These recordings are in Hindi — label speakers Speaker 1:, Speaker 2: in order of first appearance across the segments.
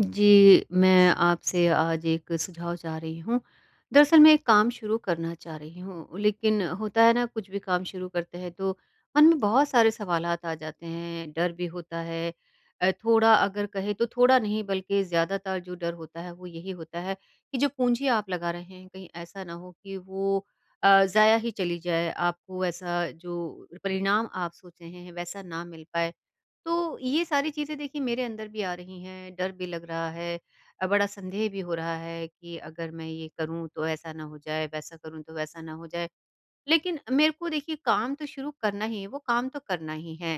Speaker 1: जी, मैं आपसे आज एक सुझाव चाह रही हूँ। दरअसल मैं एक काम शुरू करना चाह रही हूँ, लेकिन होता है ना कुछ भी काम शुरू करते हैं तो मन में बहुत सारे सवालात आ जाते हैं, डर भी होता है। थोड़ा अगर कहें तो थोड़ा नहीं बल्कि ज़्यादातर जो डर होता है वो यही होता है कि जो पूँजी आप लगा रहे हैं कहीं ऐसा ना हो कि वो ज़ाया ही चली जाए, आपको ऐसा जो परिणाम आप सोच रहे हैं वैसा ना मिल पाए। तो ये सारी चीज़ें देखिए मेरे अंदर भी आ रही हैं, डर भी लग रहा है, बड़ा संदेह भी हो रहा है कि अगर मैं ये करूँ तो ऐसा ना हो जाए, वैसा करूँ तो वैसा ना हो जाए। लेकिन मेरे को देखिए काम तो शुरू करना ही है, वो काम तो करना ही है।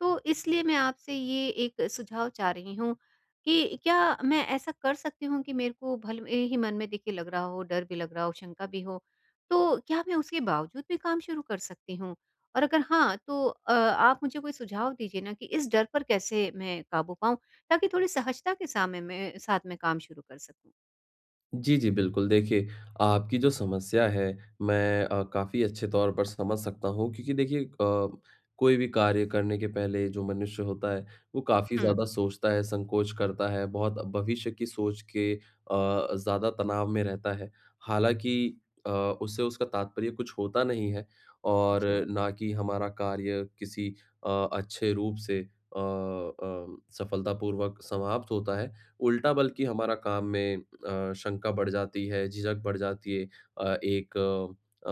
Speaker 1: तो इसलिए मैं आपसे ये एक सुझाव चाह रही हूँ कि क्या मैं ऐसा कर सकती हूँ कि मेरे को भले ही मन में देखिए लग रहा हो, डर भी लग रहा हो, शंका भी हो, तो क्या मैं उसके बावजूद भी काम शुरू कर सकती हूँ? और अगर हाँ, तो आप मुझे कोई सुझाव दीजिए ना कि इस डर पर कैसे मैं काबू पाऊँ, ताकि थोड़ी सहजता के सामने मैं साथ में काम शुरू कर सकूँ?
Speaker 2: जी, जी, बिल्कुल। देखिए, आपकी जो समस्या है मैं काफ़ी अच्छे तौर पर समझ सकता हूँ क्योंकि देखिए कोई भी कार्य करने के पहले जो मनुष्य होता है, वो काफ़ी ज़्यादा
Speaker 1: हुँ।
Speaker 2: सोचता है, संकोच करता है, बहुत भविष्य की सोच के ज़्यादा तनाव में रहता है। हालाँकि अ, उससे उसका तात्पर्य कुछ होता नहीं है और
Speaker 1: जी।
Speaker 2: ना कि हमारा कार्य किसी अच्छे रूप से सफलतापूर्वक समाप्त होता है। उल्टा बल्कि हमारा काम में शंका बढ़ जाती है, झिझक बढ़ जाती है। अ, एक अ, अ,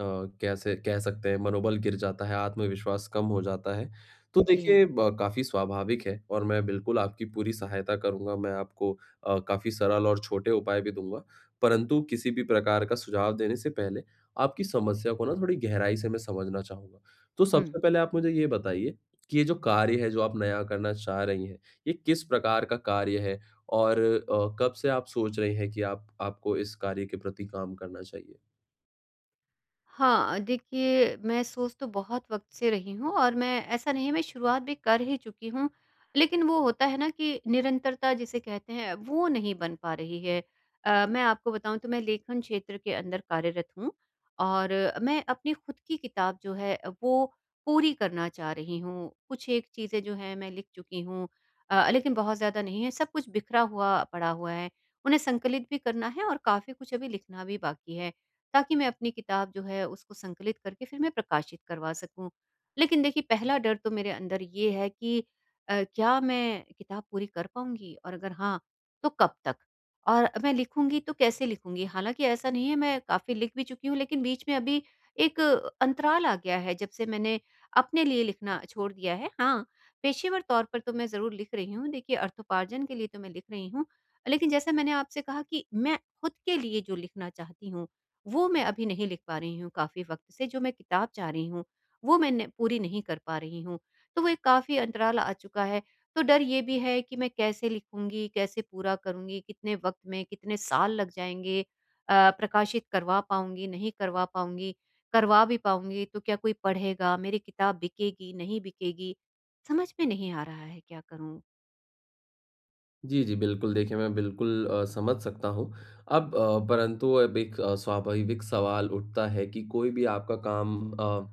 Speaker 2: अ, कैसे कह सकते हैं मनोबल गिर जाता है, आत्मविश्वास कम हो जाता है। तो
Speaker 1: जी।
Speaker 2: देखिए ब काफ़ी स्वाभाविक है और मैं बिल्कुल आपकी पूरी सहायता करूँगा। मैं आपको काफ़ी सरल और छोटे उपाय भी दूँगा। परंतु किसी भी प्रकार का सुझाव देने से पहले आपकी समस्या को ना थोड़ी गहराई से मैं समझना चाहूँगा। तो
Speaker 1: हुँ।
Speaker 2: सबसे पहले आप मुझे ये बताइए कि ये जो कार्य है जो आप नया करना चाह रही हैं, ये किस प्रकार का कार्य है? और कब से आप सोच रही हैं कि आप आपको इस कार्य के प्रति काम करना चाहिए?
Speaker 1: हाँ, देखिए मैं सोच तो बहुत वक़्त से रही हूँ और मैं ऐसा नहीं है मैं शुरुआत भी कर ही चुकी हूँ। लेकिन वो होता है ना कि निरंतरता जिसे कहते हैं वो नहीं बन पा रही है। मैं आपको बताऊँ तो मैं लेखन क्षेत्र के अंदर कार्यरत हूँ और मैं अपनी खुद की किताब जो है वो पूरी करना चाह रही हूँ। कुछ एक चीज़ें जो हैं मैं लिख चुकी हूँ, लेकिन बहुत ज़्यादा नहीं है, सब कुछ बिखरा हुआ पड़ा हुआ है। उन्हें संकलित भी करना है और काफ़ी कुछ अभी लिखना भी बाकी है। ताकि मैं अपनी किताब जो है उसको संकलित करके फिर मैं प्रकाशित करवा सकूँ। लेकिन देखिए पहला डर तो मेरे अंदर ये है कि क्या मैं किताब पूरी कर पाऊँगी और अगर हाँ, तो कब तक? और मैं लिखूँगी तो कैसे लिखूँगी? हालाँकि ऐसा नहीं है मैं काफ़ी लिख भी चुकी हूँ लेकिन बीच में अभी एक अंतराल आ गया है जब से मैंने अपने लिए लिखना छोड़ दिया है। हाँ, पेशेवर तौर पर तो मैं ज़रूर लिख रही हूँ। देखिए अर्थोपार्जन के लिए तो मैं लिख रही हूँ। लेकिन जैसा मैंने आपसे कहा कि मैं खुद के लिए जो लिखना चाहती हूँ वो मैं अभी नहीं लिख पा रही हूँ काफ़ी वक़्त से, जो मैं किताब चाह रही हूँ, वो मैं न पूरी नहीं कर पा रही हूँ। तो वो एक काफ़ी अंतराल आ चुका है। तो डर ये भी है कि मैं कैसे लिखूँगी, कैसे पूरा करूँगी, कितने वक़्त में, कितने साल लग जाएँगे, प्रकाशित करवा पाऊँगी, नहीं करवा पाऊँगी, करवा भी पाऊँगी तो क्या कोई पढ़ेगा, मेरी किताब बिकेगी, नहीं बिकेगी? समझ में नहीं आ रहा है क्या करूँ?
Speaker 2: जी, जी, बिल्कुल, देखिए मैं बिल्कुल समझ सकता हूँ। अब परंतु अब एक स्वाभाविक सवाल उठता है कि कोई भी आपका काम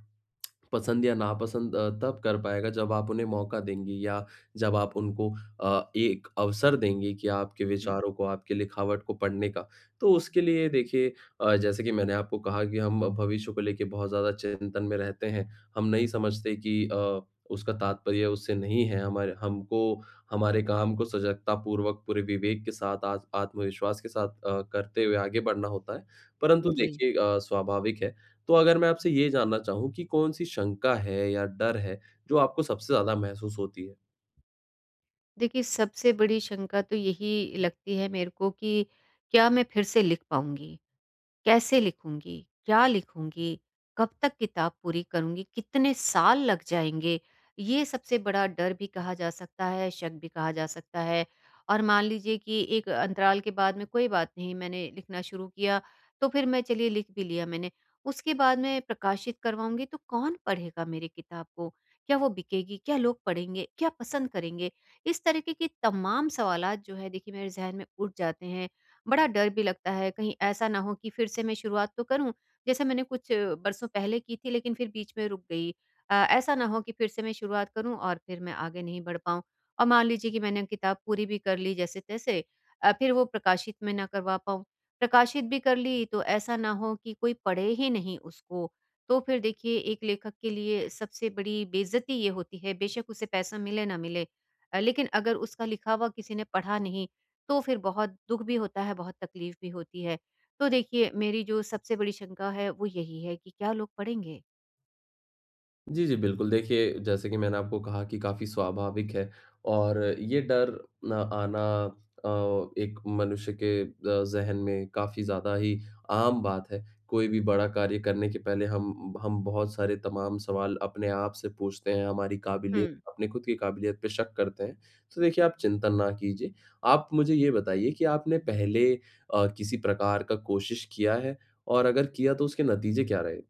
Speaker 2: पसंद या नापसंद तब कर पाएगा जब आप उन्हें मौका देंगी या जब आप उनको एक अवसर देंगी कि आपके
Speaker 1: हुँ।
Speaker 2: विचारों को, आपकी लिखावट को पढ़ने का। तो उसके लिए देखिए जैसे कि मैंने आपको कहा कि हम भविष्य को लेके बहुत ज़्यादा चिंतन में रहते हैं। हम नहीं समझते कि उसका तात्पर्य उससे नहीं है, हमारे हमको हमारे काम को सजगतापूर्वक पूरे विवेक के साथ, आत आत्मविश्वास के साथ करते हुए आगे बढ़ना होता है। परंतु
Speaker 1: जी।
Speaker 2: देखिए स्वाभाविक है तो अगर मैं आपसे ये जानना चाहूँ कि कौन-सी शंका है या डर है, जो आपको सबसे ज़्यादा महसूस होती है?
Speaker 1: देखिए, सबसे बड़ी शंका तो यही लगती है मेरे को कि क्या मैं फिर से लिख पाऊँगी? कैसे लिखूँगी? क्या लिखूँगी? कब तक किताब पूरी करूँगी? कितने साल लग जाएँगे? ये सबसे बड़ा डर भी कहा जा सकता है, शक भी कहा जा सकता है। और मान लीजिए कि एक अंतराल के बाद में कोई बात नहीं मैंने लिखना शुरू किया, तो फिर मैं चलिए लिख भी लिया मैंने। उसके बाद मैं प्रकाशित करवाऊँगी तो कौन पढ़ेगा मेरी किताब को? क्या वो बिकेगी? क्या लोग पढ़ेंगे? क्या पसंद करेंगे? इस तरीके के तमाम सवालात जो है देखिए मेरे ज़हन में उठ जाते हैं। बड़ा डर भी लगता है कहीं ऐसा ना हो कि फिर से मैं शुरुआत तो करूं जैसे मैंने कुछ बरसों पहले की थी लेकिन फिर बीच में रुक गई। ऐसा ना हो कि फिर से मैं शुरुआत करूं और फिर मैं आगे नहीं बढ़ पाऊं और मान लीजिए कि मैंने किताब पूरी भी कर ली जैसे तैसे, फिर वो प्रकाशित में ना करवा पाऊं, प्रकाशित भी कर ली तो ऐसा ना हो कि कोई पढ़े ही नहीं उसको। तो फिर देखिए एक लेखक के लिए सबसे बड़ी बेइज्जती ये होती है बेशक उसे पैसा मिले ना मिले, लेकिन अगर उसका लिखा हुआ किसी ने पढ़ा नहीं तो फिर बहुत दुःख भी होता है, बहुत तकलीफ़ भी होती है। तो देखिए मेरी जो सबसे बड़ी शंका है वो यही है कि क्या लोग पढ़ेंगे?
Speaker 2: जी, जी, बिल्कुल। देखिए, जैसे कि मैंने आपको कहा कि काफ़ी स्वाभाविक है और ये डर न आना अ, एक मनुष्य के ज़हन में काफ़ी ज़्यादा ही आम बात है। कोई भी बड़ा कार्य करने के पहले हम बहुत सारे तमाम सवाल अपने आप से पूछते हैं, हमारी
Speaker 1: हुँ।
Speaker 2: काबिलियत अपने खुद की काबिलियत पे शक करते हैं। तो देखिए, आप चिंतन ना कीजिए। आप मुझे ये बताइए कि आपने पहले किसी प्रकार का कोशिश किया है और अगर किया तो उसके नतीजे क्या रहे?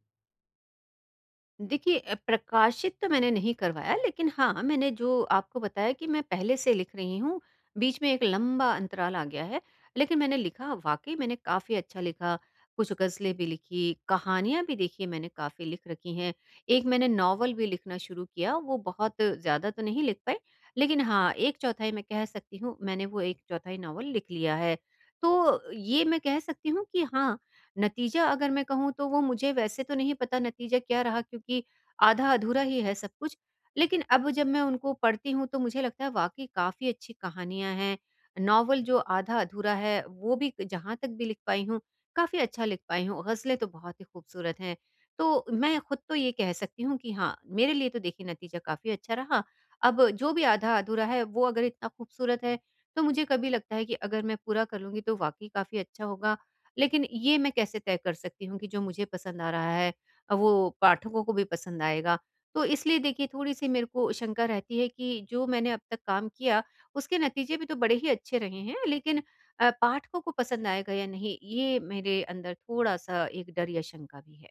Speaker 1: देखिए, प्रकाशित तो मैंने नहीं करवाया लेकिन हाँ, मैंने जो आपको बताया कि मैं पहले से लिख रही हूँ, बीच में एक लंबा अंतराल आ गया है। लेकिन मैंने लिखा वाक़ई मैंने काफ़ी अच्छा लिखा, कुछ ग़ज़लें भी लिखी, कहानियाँ भी देखिए मैंने काफ़ी लिख रखी हैं। एक मैंने नॉवल भी लिखना शुरू किया, वो बहुत ज़्यादा तो नहीं लिख पाई, लेकिन हाँ, 1/4 मैं कह सकती हूँ मैंने वो 1/4 नॉवल लिख लिया है। तो ये मैं कह सकती हूँ कि हाँ नतीजा अगर मैं कहूँ तो वो मुझे वैसे तो नहीं पता नतीजा क्या रहा क्योंकि आधा-अधूरा ही है सब कुछ। लेकिन अब जब मैं उनको पढ़ती हूँ तो मुझे लगता है वाक़ई काफ़ी अच्छी कहानियाँ हैं। नॉवल जो आधा-अधूरा है वो भी जहाँ तक भी लिख पाई हूँ, काफ़ी अच्छा लिख पाई हूँ। ग़ज़लें तो बहुत ही खूबसूरत हैं। तो मैं खुद तो ये कह सकती हूँ कि हाँ, मेरे लिए तो देखिए नतीजा काफ़ी अच्छा रहा। अब जो भी आधा-अधूरा है वो अगर इतना खूबसूरत है तो मुझे कभी लगता है कि अगर मैं पूरा कर लूँगी तो वाक़ई काफ़ी अच्छा होगा, लेकिन ये मैं कैसे तय कर सकती हूँ कि जो मुझे पसंद आ रहा है वो पाठकों को भी पसंद आएगा? तो इसलिए देखिए थोड़ी-सी मेरे को शंका रहती है कि जो मैंने अब तक काम किया, उसके नतीजे भी तो बड़े ही अच्छे रहे हैं, लेकिन पाठकों को पसंद आएगा या नहीं? ये मेरे अंदर थोड़ा-सा एक डर या शंका भी है।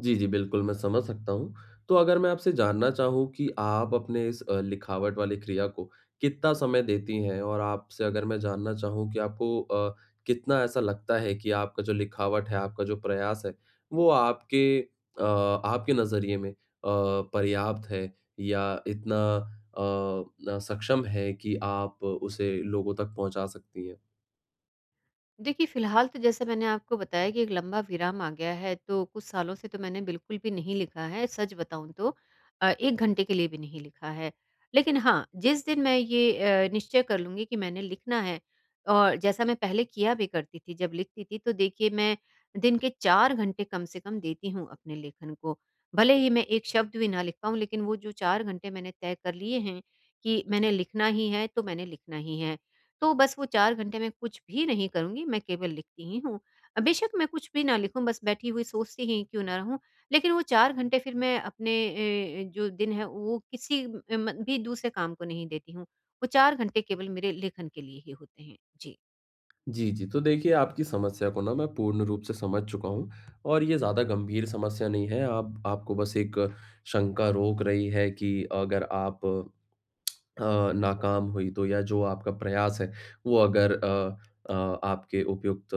Speaker 2: जी, जी, बिल्कुल, मैं समझ सकता हूँ। तो अगर मैं आपसे जानना चाहूँ कि आप अपने इस लिखावट वाली क्रिया को कितना समय देती हैं? और आपसे अगर मैं जानना चाहूँ कि आपको कितना ऐसा लगता है कि आपका जो लिखावट है, आपका जो प्रयास है, वो आपके नज़रिए में पर्याप्त है या इतना न सक्षम है कि आप उसे लोगों तक पहुँचा सकती हैं?
Speaker 1: देखिए, फ़िलहाल तो जैसे मैंने आपको बताया कि एक लंबा विराम आ गया है, तो कुछ सालों से तो मैंने बिल्कुल भी नहीं लिखा है, सच बताऊँ तो 1 घंटे के लिए भी नहीं लिखा है। लेकिन हाँ, जिस दिन मैं ये निश्चय कर लूँगी कि मैंने लिखना है और जैसा मैं पहले किया भी करती थी, जब लिखती थी, तो देखिए मैं दिन के 4 घंटे कम से कम देती हूँ अपने लेखन को। भले ही मैं एक शब्द भी ना लिख पाऊँ, लेकिन वो जो 4 घंटे मैंने तय कर लिए हैं कि मैंने लिखना ही है, तो मैंने लिखना ही है। तो बस वो 4 घंटे मैं कुछ भी नहीं करूँगी, मैं केवल लिखती ही हूँ। बेशक मैं कुछ भी ना लिखूँ, बस बैठी हुई सोचती ही क्यों ना रहूँ, लेकिन वो 4 घंटे फिर मैं अपने जो दिन है वो किसी म म भी दूसरे काम को नहीं देती हूँ। वो 4 घंटे केवल मेरे लेखन के लिए ही होते हैं। जी।
Speaker 2: जी, जी। तो देखिए आपकी समस्या को ना मैं पूर्ण रूप से समझ चुका हूँ और ये ज़्यादा गंभीर समस्या नहीं है। आप आपको बस एक शंका रोक रही है कि अगर आप नाकाम हुई तो या जो आपका प्रयास है वो अगर अ, आपके उपयुक्त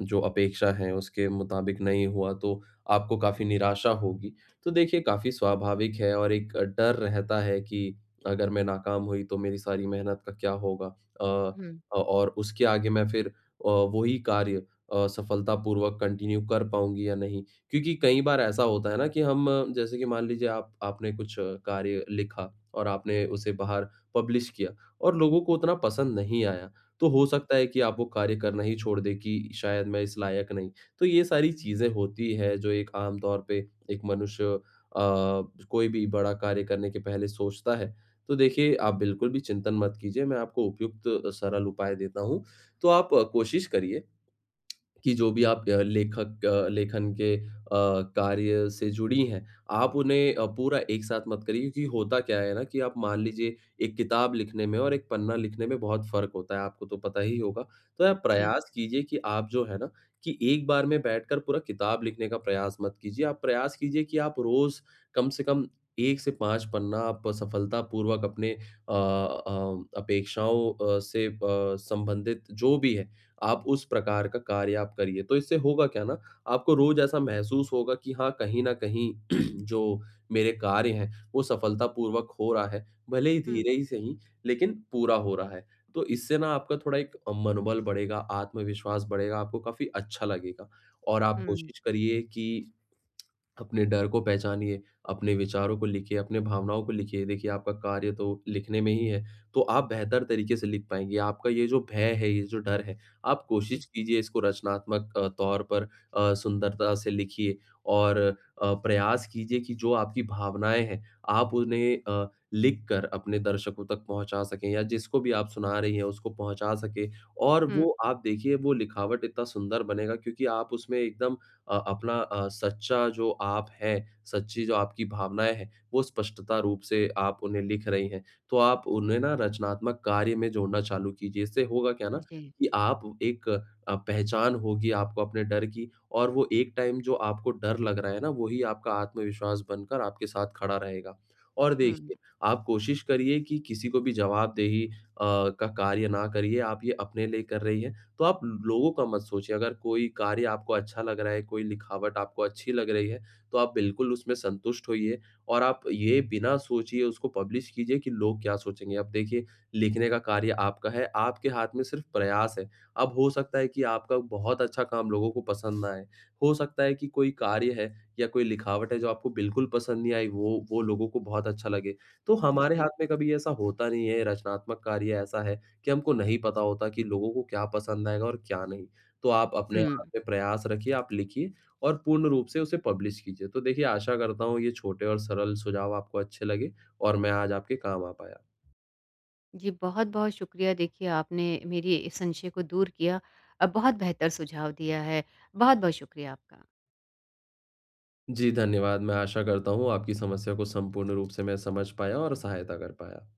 Speaker 2: जो अपेक्षा है उसके मुताबिक नहीं हुआ तो आपको काफ़ी निराशा होगी। तो देखिए काफ़ी स्वाभाविक है और एक डर रहता है कि अगर मैं नाकाम हुई तो मेरी सारी मेहनत का क्या होगा? अ
Speaker 1: हुँ,
Speaker 2: और उसके आगे मैं फिर वही कार्य सफलतापूर्वक कंटिन्यू कर पाऊँगी या नहीं? क्योंकि कई बार ऐसा होता है ना कि हम जैसे कि मान लीजिए आप आपने कुछ कार्य लिखा और आपने उसे बाहर पब्लिश किया और लोगों को उतना पसंद नहीं आया, तो हो सकता है कि आप वो कार्य करना ही छोड़ दें कि शायद मैं इस लायक नहीं। तो ये सारी चीज़ें होती हैं जो एक आम तौर पे एक मनुष्य अ, कोई भी बड़ा कार्य करने के पहले सोचता है। तो देखिए, आप बिल्कुल भी चिंतन मत कीजिए, मैं आपको उपयुक्त सरल उपाय देता हूँ। तो आप कोशिश करिए कि जो भी आप लेखन के कार्य से जुड़ी हैं, आप उन्हें पूरा एक साथ मत करिए क्योंकि होता क्या है ना कि आप मान लीजिए एक किताब लिखने में और एक पन्ना लिखने में बहुत फ़र्क होता है, आपको तो पता ही होगा। तो आप
Speaker 1: जी।
Speaker 2: प्रयास कीजिए कि आप जो है ना कि एक बार में बैठकर पूरा किताब लिखने का प्रयास मत कीजिए, आप प्रयास कीजिए कि आप रोज़ कम से कम 1 से 5 पन्ना आप सफलतापूर्वक अपने अपेक्षाओं अ, से अ, संबंधित जो भी है आप उस प्रकार का कार्य आप करिए। तो इससे होगा क्या ना, आपको रोज़ ऐसा महसूस होगा कि हाँ, कहीं न कहीं जो मेरे कार्य हैं, वो सफलतापूर्वक हो रहा है, भले ही
Speaker 1: हुँ,
Speaker 2: धीरे ही सही, लेकिन पूरा हो रहा है। तो इससे ना आपका थोड़ा एक मनोबल बढ़ेगा, आत्मविश्वास बढ़ेगा, आपको काफ़ी अच्छा लगेगा और आप
Speaker 1: हुँ,
Speaker 2: कोशिश करिए कि अपने डर को पहचानिए, अपने विचारों को लिखिए, अपने भावनाओं को लिखिए। देखिए, आपका कार्य तो लिखने में ही है, तो आप बेहतर तरीके से लिख पाएँगे। आपका ये जो भय है, ये जो डर है, आप कोशिश
Speaker 1: जी।
Speaker 2: कीजिए इसको रचनात्मक तौर पर सुंदरता से लिखिए और प्रयास कीजिए कि जो आपकी भावनाएँ हैं, आप उन्हें लिख कर अपने दर्शकों तक पहुँचा सकें या जिसको भी आप सुना रही हैं, उसको पहुँचा सकें और
Speaker 1: हुँ,
Speaker 2: वो आप देखिए, वो लिखावट इतना सुंदर बनेगा क्योंकि आप उसमें एकदम अपना सच्चा जो आप हैं, सच्ची जो आपकी भावनाएँ हैं, वो स्पष्टता रूप से आप उन्हें लिख रही हैं। तो आप उन्हें ना रचनात्मक कार्य में जोड़ना चालू कीजिए। इससे होगा क्या ना
Speaker 1: जी।
Speaker 2: कि आप एक पहचान होगी आपको अपने डर की और वो एक टाइम जो आपको डर लग रहा है ना, वही आपका आत्मविश्वास बनकर आपके साथ खड़ा रहेगा। और
Speaker 1: हुँ,
Speaker 2: देखिए, आप कोशिश करिए कि किसी को भी जवाबदेही का कार्य ना करिए, आप ये अपने लिए कर रही हैं। तो आप लोगों का मत सोचिए, अगर कोई कार्य आपको अच्छा लग रहा है, कोई लिखावट आपको अच्छी लग रही है, तो आप बिल्कुल उसमें संतुष्ट होइए और आप ये बिना सोचिए उसको पब्लिश कीजिए कि लोग क्या सोचेंगे। अब देखिए, लिखने का कार्य आपका है, आपके हाथ में सिर्फ़ प्रयास है। अब हो सकता है कि आपका बहुत अच्छा काम लोगों को पसंद ना आए, हो सकता है कि कोई कार्य है या कोई लिखावट है जो आपको बिल्कुल पसंद नहीं आई, वो लोगों को बहुत अच्छा लगे। तो हमारे
Speaker 1: जी।
Speaker 2: हाथ में कभी ऐसा होता नहीं है, रचनात्मक कार्य ऐसा है कि हमको नहीं पता होता कि लोगों को क्या पसंद आएगा और क्या नहीं। तो आप अपने आप
Speaker 1: हुँ।
Speaker 2: पे प्रयास रखिए, आप लिखिए और पूर्ण रूप से उसे पब्लिश कीजिए। तो देखिए आशा करता हूँ ये छोटे और सरल सुझाव आपको अच्छे लगे और मैं आज आपके काम आ पाया।
Speaker 1: जी, बहुत-बहुत शुक्रिया देखिए आपने मेरी इस संशय को दूर किया। बहुत बेहतर सुझाव दिया है। बहुत-बहुत शुक्रिया आपका।
Speaker 2: जी धन्यवाद। मैं आशा करता हूँ आपकी समस्या को संपूर्ण रूप से मैं समझ पाया और सहायता कर पाया।